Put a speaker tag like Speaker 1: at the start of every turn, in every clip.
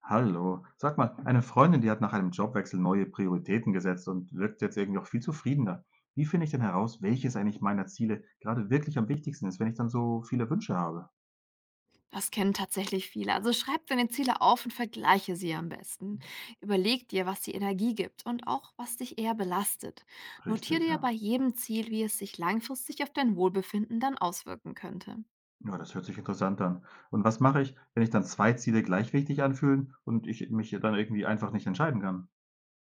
Speaker 1: Hallo. Sag mal, eine Freundin, die hat nach einem Jobwechsel neue Prioritäten gesetzt und wirkt jetzt irgendwie auch viel zufriedener. Wie finde ich denn heraus, welches eigentlich meiner Ziele gerade wirklich am wichtigsten ist, wenn ich dann so viele Wünsche habe?
Speaker 2: Das kennen tatsächlich viele. Also schreib deine Ziele auf und vergleiche sie am besten. Überleg dir, was die Energie gibt und auch, was dich eher belastet. Notiere
Speaker 1: Richtig,
Speaker 2: dir
Speaker 1: ja.
Speaker 2: bei jedem Ziel, wie es sich langfristig auf dein Wohlbefinden dann auswirken könnte.
Speaker 1: Ja, das hört sich interessant an. Und was mache ich, wenn ich dann zwei Ziele gleich wichtig anfühlen und ich mich dann irgendwie einfach nicht entscheiden kann?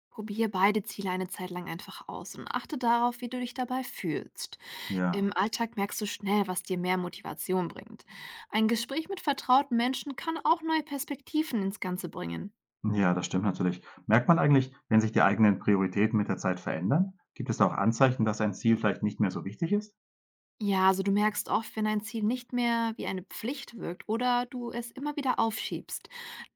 Speaker 2: Probier beide Ziele eine Zeit lang einfach aus und achte darauf, wie du dich dabei fühlst.
Speaker 1: Ja,
Speaker 2: Im Alltag merkst du schnell, was dir mehr Motivation bringt. Ein Gespräch mit vertrauten Menschen kann auch neue Perspektiven ins Ganze bringen.
Speaker 1: ja, das stimmt natürlich. Merkt man eigentlich, wenn sich die eigenen Prioritäten mit der Zeit verändern? Gibt es da auch Anzeichen, dass ein Ziel vielleicht nicht mehr so wichtig ist?
Speaker 2: Ja, also du merkst oft, wenn ein Ziel nicht mehr wie eine Pflicht wirkt oder du es immer wieder aufschiebst.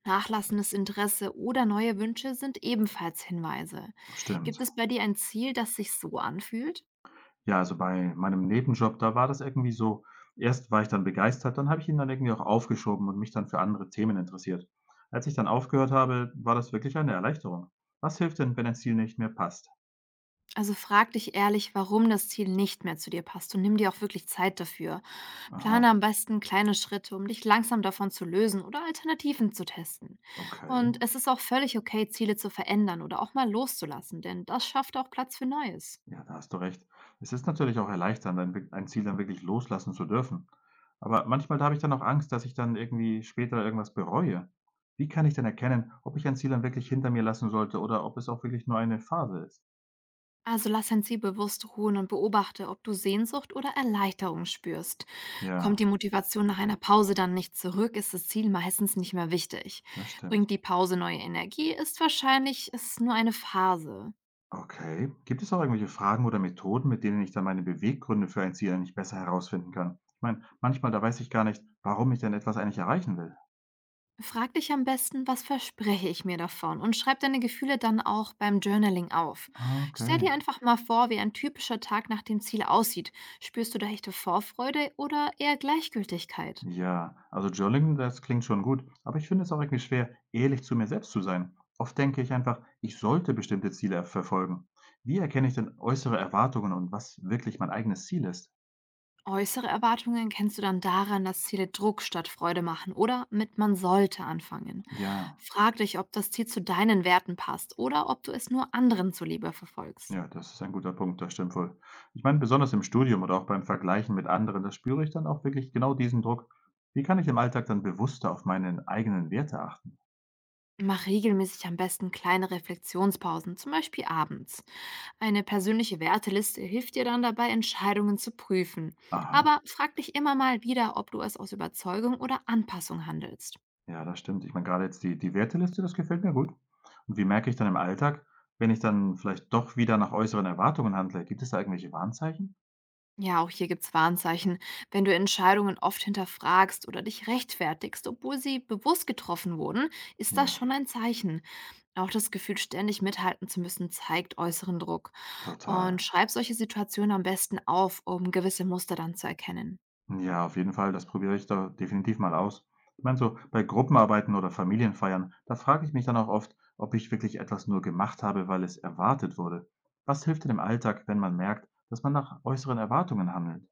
Speaker 2: Nachlassendes Interesse oder neue Wünsche sind ebenfalls Hinweise. Gibt
Speaker 1: Stimmt.
Speaker 2: es bei dir ein Ziel, das sich so anfühlt?
Speaker 1: Ja, also bei meinem Nebenjob, da war das irgendwie so, erst war ich dann begeistert, dann habe ich ihn dann irgendwie auch aufgeschoben und mich dann für andere Themen interessiert. Als ich dann aufgehört habe, war das wirklich eine Erleichterung. Was hilft denn, wenn ein Ziel nicht mehr passt?
Speaker 2: Also frag dich ehrlich, warum das Ziel nicht mehr zu dir passt und nimm dir auch wirklich Zeit dafür. Plane
Speaker 1: Aha,
Speaker 2: am besten kleine Schritte, um dich langsam davon zu lösen oder Alternativen zu testen.
Speaker 1: okay.
Speaker 2: Und es ist auch völlig okay, Ziele zu verändern oder auch mal loszulassen, denn das schafft auch Platz für Neues.
Speaker 1: Ja, da hast du recht. Es ist natürlich auch erleichternd, ein Ziel dann wirklich loslassen zu dürfen. Aber manchmal habe ich dann auch Angst, dass ich dann irgendwie später irgendwas bereue. Wie kann ich denn erkennen, ob ich ein Ziel dann wirklich hinter mir lassen sollte oder ob es auch wirklich nur eine Phase ist?
Speaker 2: Also lass dein Ziel bewusst ruhen und beobachte, ob du Sehnsucht oder Erleichterung spürst. Kommt
Speaker 1: Ja,
Speaker 2: die Motivation nach einer Pause dann nicht zurück, ist das Ziel meistens nicht mehr wichtig.
Speaker 1: das stimmt.
Speaker 2: Bringt die Pause neue Energie, ist wahrscheinlich es nur eine Phase.
Speaker 1: Okay. Gibt es auch irgendwelche Fragen oder Methoden, mit denen ich dann meine Beweggründe für ein Ziel eigentlich besser herausfinden kann? Ich meine, manchmal, da weiß ich gar nicht, warum ich denn etwas eigentlich erreichen will.
Speaker 2: Frag dich am besten, was verspreche ich mir davon und schreib deine Gefühle dann auch beim Journaling auf.
Speaker 1: Ah,
Speaker 2: Stell
Speaker 1: okay.
Speaker 2: dir einfach mal vor, wie ein typischer Tag nach dem Ziel aussieht. Spürst du da echte Vorfreude oder eher Gleichgültigkeit?
Speaker 1: Ja, also Journaling, das klingt schon gut, aber ich finde es auch irgendwie schwer, ehrlich zu mir selbst zu sein. Oft denke ich einfach, ich sollte bestimmte Ziele verfolgen. Wie erkenne ich denn äußere Erwartungen und was wirklich mein eigenes Ziel ist?
Speaker 2: Äußere Erwartungen kennst du dann daran, dass Ziele Druck statt Freude machen oder mit man sollte anfangen.
Speaker 1: Ja.
Speaker 2: Frag dich, ob das Ziel zu deinen Werten passt oder ob du es nur anderen zuliebe verfolgst.
Speaker 1: Ja, das ist ein guter Punkt, das stimmt wohl. Ich meine, besonders im Studium oder auch beim Vergleichen mit anderen, da spüre ich dann auch wirklich genau diesen Druck. Wie kann ich im Alltag dann bewusster auf meine eigenen Werte achten?
Speaker 2: Mach regelmäßig am besten kleine Reflexionspausen, zum Beispiel abends. Eine persönliche Werteliste hilft dir dann dabei, Entscheidungen zu prüfen.
Speaker 1: Aha,
Speaker 2: Aber frag dich immer mal wieder, ob du es aus Überzeugung oder Anpassung handelst.
Speaker 1: ja, das stimmt. Ich meine, gerade jetzt die Werteliste, das gefällt mir gut. Und wie merke ich dann im Alltag, wenn ich dann vielleicht doch wieder nach äußeren Erwartungen handle? Gibt es da irgendwelche Warnzeichen?
Speaker 2: Ja, auch hier gibt's Warnzeichen. Wenn du Entscheidungen oft hinterfragst oder dich rechtfertigst, obwohl sie bewusst getroffen wurden, ist das
Speaker 1: Ja,
Speaker 2: schon ein Zeichen. Auch das Gefühl, ständig mithalten zu müssen, zeigt äußeren Druck. Und
Speaker 1: total.
Speaker 2: schreib solche Situationen am besten auf, um gewisse Muster dann zu erkennen.
Speaker 1: Ja, auf jeden Fall, das probiere ich da definitiv mal aus. Ich meine so, bei Gruppenarbeiten oder Familienfeiern, da frage ich mich dann auch oft, ob ich wirklich etwas nur gemacht habe, weil es erwartet wurde. Was hilft denn im Alltag, wenn man merkt, dass man nach äußeren Erwartungen handelt?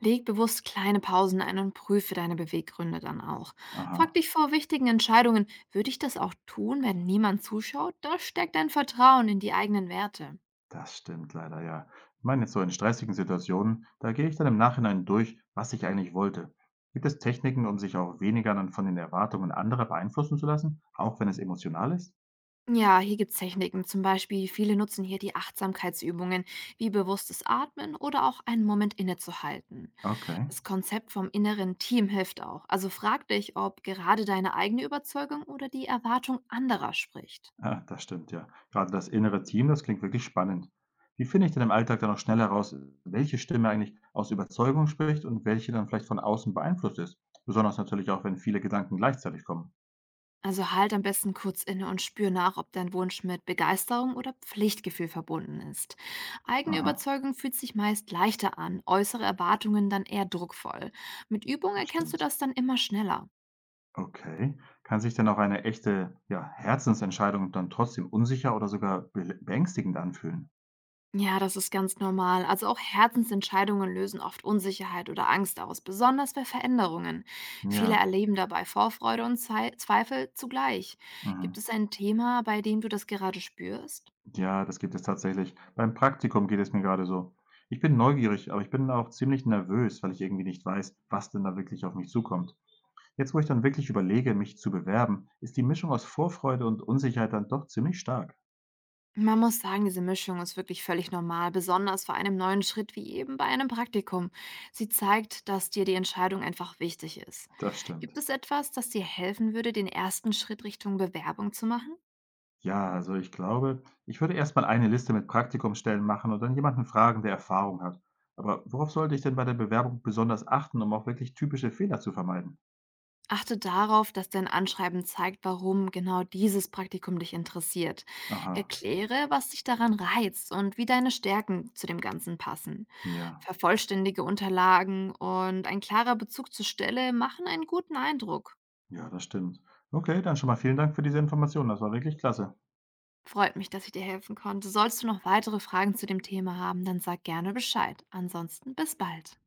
Speaker 2: Leg bewusst kleine Pausen ein und prüfe deine Beweggründe dann auch. Frag
Speaker 1: Aha,
Speaker 2: dich vor wichtigen Entscheidungen, würde ich das auch tun, wenn niemand zuschaut? Da steckt dein Vertrauen in die eigenen Werte.
Speaker 1: das stimmt leider, ja. Ich meine jetzt so in stressigen Situationen, da gehe ich dann im Nachhinein durch, was ich eigentlich wollte. Gibt es Techniken, um sich auch weniger dann von den Erwartungen anderer beeinflussen zu lassen, auch wenn es emotional ist?
Speaker 2: Ja, hier gibt's Techniken. Zum Beispiel, viele nutzen hier die Achtsamkeitsübungen, wie bewusstes Atmen oder auch einen Moment innezuhalten.
Speaker 1: Okay.
Speaker 2: Das Konzept vom inneren Team hilft auch. Also frag dich, ob gerade deine eigene Überzeugung oder die Erwartung anderer spricht.
Speaker 1: Ah, das stimmt, ja. Gerade das innere Team, das klingt wirklich spannend. Wie finde ich denn im Alltag dann auch schnell heraus, welche Stimme eigentlich aus Überzeugung spricht und welche dann vielleicht von außen beeinflusst ist? Besonders natürlich auch, wenn viele Gedanken gleichzeitig kommen.
Speaker 2: Also halt am besten kurz inne und spür nach, ob dein Wunsch mit Begeisterung oder Pflichtgefühl verbunden ist. Eigene
Speaker 1: Aha,
Speaker 2: Überzeugung fühlt sich meist leichter an, äußere Erwartungen dann eher druckvoll. Mit Übung
Speaker 1: das
Speaker 2: erkennst du
Speaker 1: stimmt.
Speaker 2: das dann immer schneller.
Speaker 1: Okay. Kann sich denn auch eine echte, ja, Herzensentscheidung dann trotzdem unsicher oder sogar beängstigend anfühlen?
Speaker 2: Ja, das ist ganz normal. Also auch Herzensentscheidungen lösen oft Unsicherheit oder Angst aus, besonders bei Veränderungen. Viele
Speaker 1: Ja.
Speaker 2: erleben dabei Vorfreude und Zweifel zugleich. Gibt
Speaker 1: Mhm.
Speaker 2: es ein Thema, bei dem du das gerade spürst?
Speaker 1: Ja, das gibt es tatsächlich. Beim Praktikum geht es mir gerade so. Ich bin neugierig, aber ich bin auch ziemlich nervös, weil ich irgendwie nicht weiß, was denn da wirklich auf mich zukommt. Jetzt, wo ich dann wirklich überlege, mich zu bewerben, ist die Mischung aus Vorfreude und Unsicherheit dann doch ziemlich stark.
Speaker 2: Man muss sagen, diese Mischung ist wirklich völlig normal, besonders bei einem neuen Schritt wie eben bei einem Praktikum. Sie zeigt, dass dir die Entscheidung einfach wichtig ist.
Speaker 1: Das
Speaker 2: Gibt
Speaker 1: stimmt.
Speaker 2: es etwas, das dir helfen würde, den ersten Schritt Richtung Bewerbung zu machen?
Speaker 1: Ja, also ich glaube, ich würde erstmal eine Liste mit Praktikumsstellen machen und dann jemanden fragen, der Erfahrung hat. Aber worauf sollte ich denn bei der Bewerbung besonders achten, um auch wirklich typische Fehler zu vermeiden?
Speaker 2: Achte darauf, dass dein Anschreiben zeigt, warum genau dieses Praktikum dich interessiert.
Speaker 1: Aha,
Speaker 2: Erkläre, was dich daran reizt und wie deine Stärken zu dem Ganzen passen.
Speaker 1: ja,
Speaker 2: Vervollständige Unterlagen und ein klarer Bezug zur Stelle machen einen guten Eindruck.
Speaker 1: ja, das stimmt. Okay, dann schon mal vielen Dank für diese Informationen. Das war wirklich klasse.
Speaker 2: Freut mich, dass ich dir helfen konnte. Sollst du noch weitere Fragen zu dem Thema haben, dann sag gerne Bescheid. Ansonsten bis bald.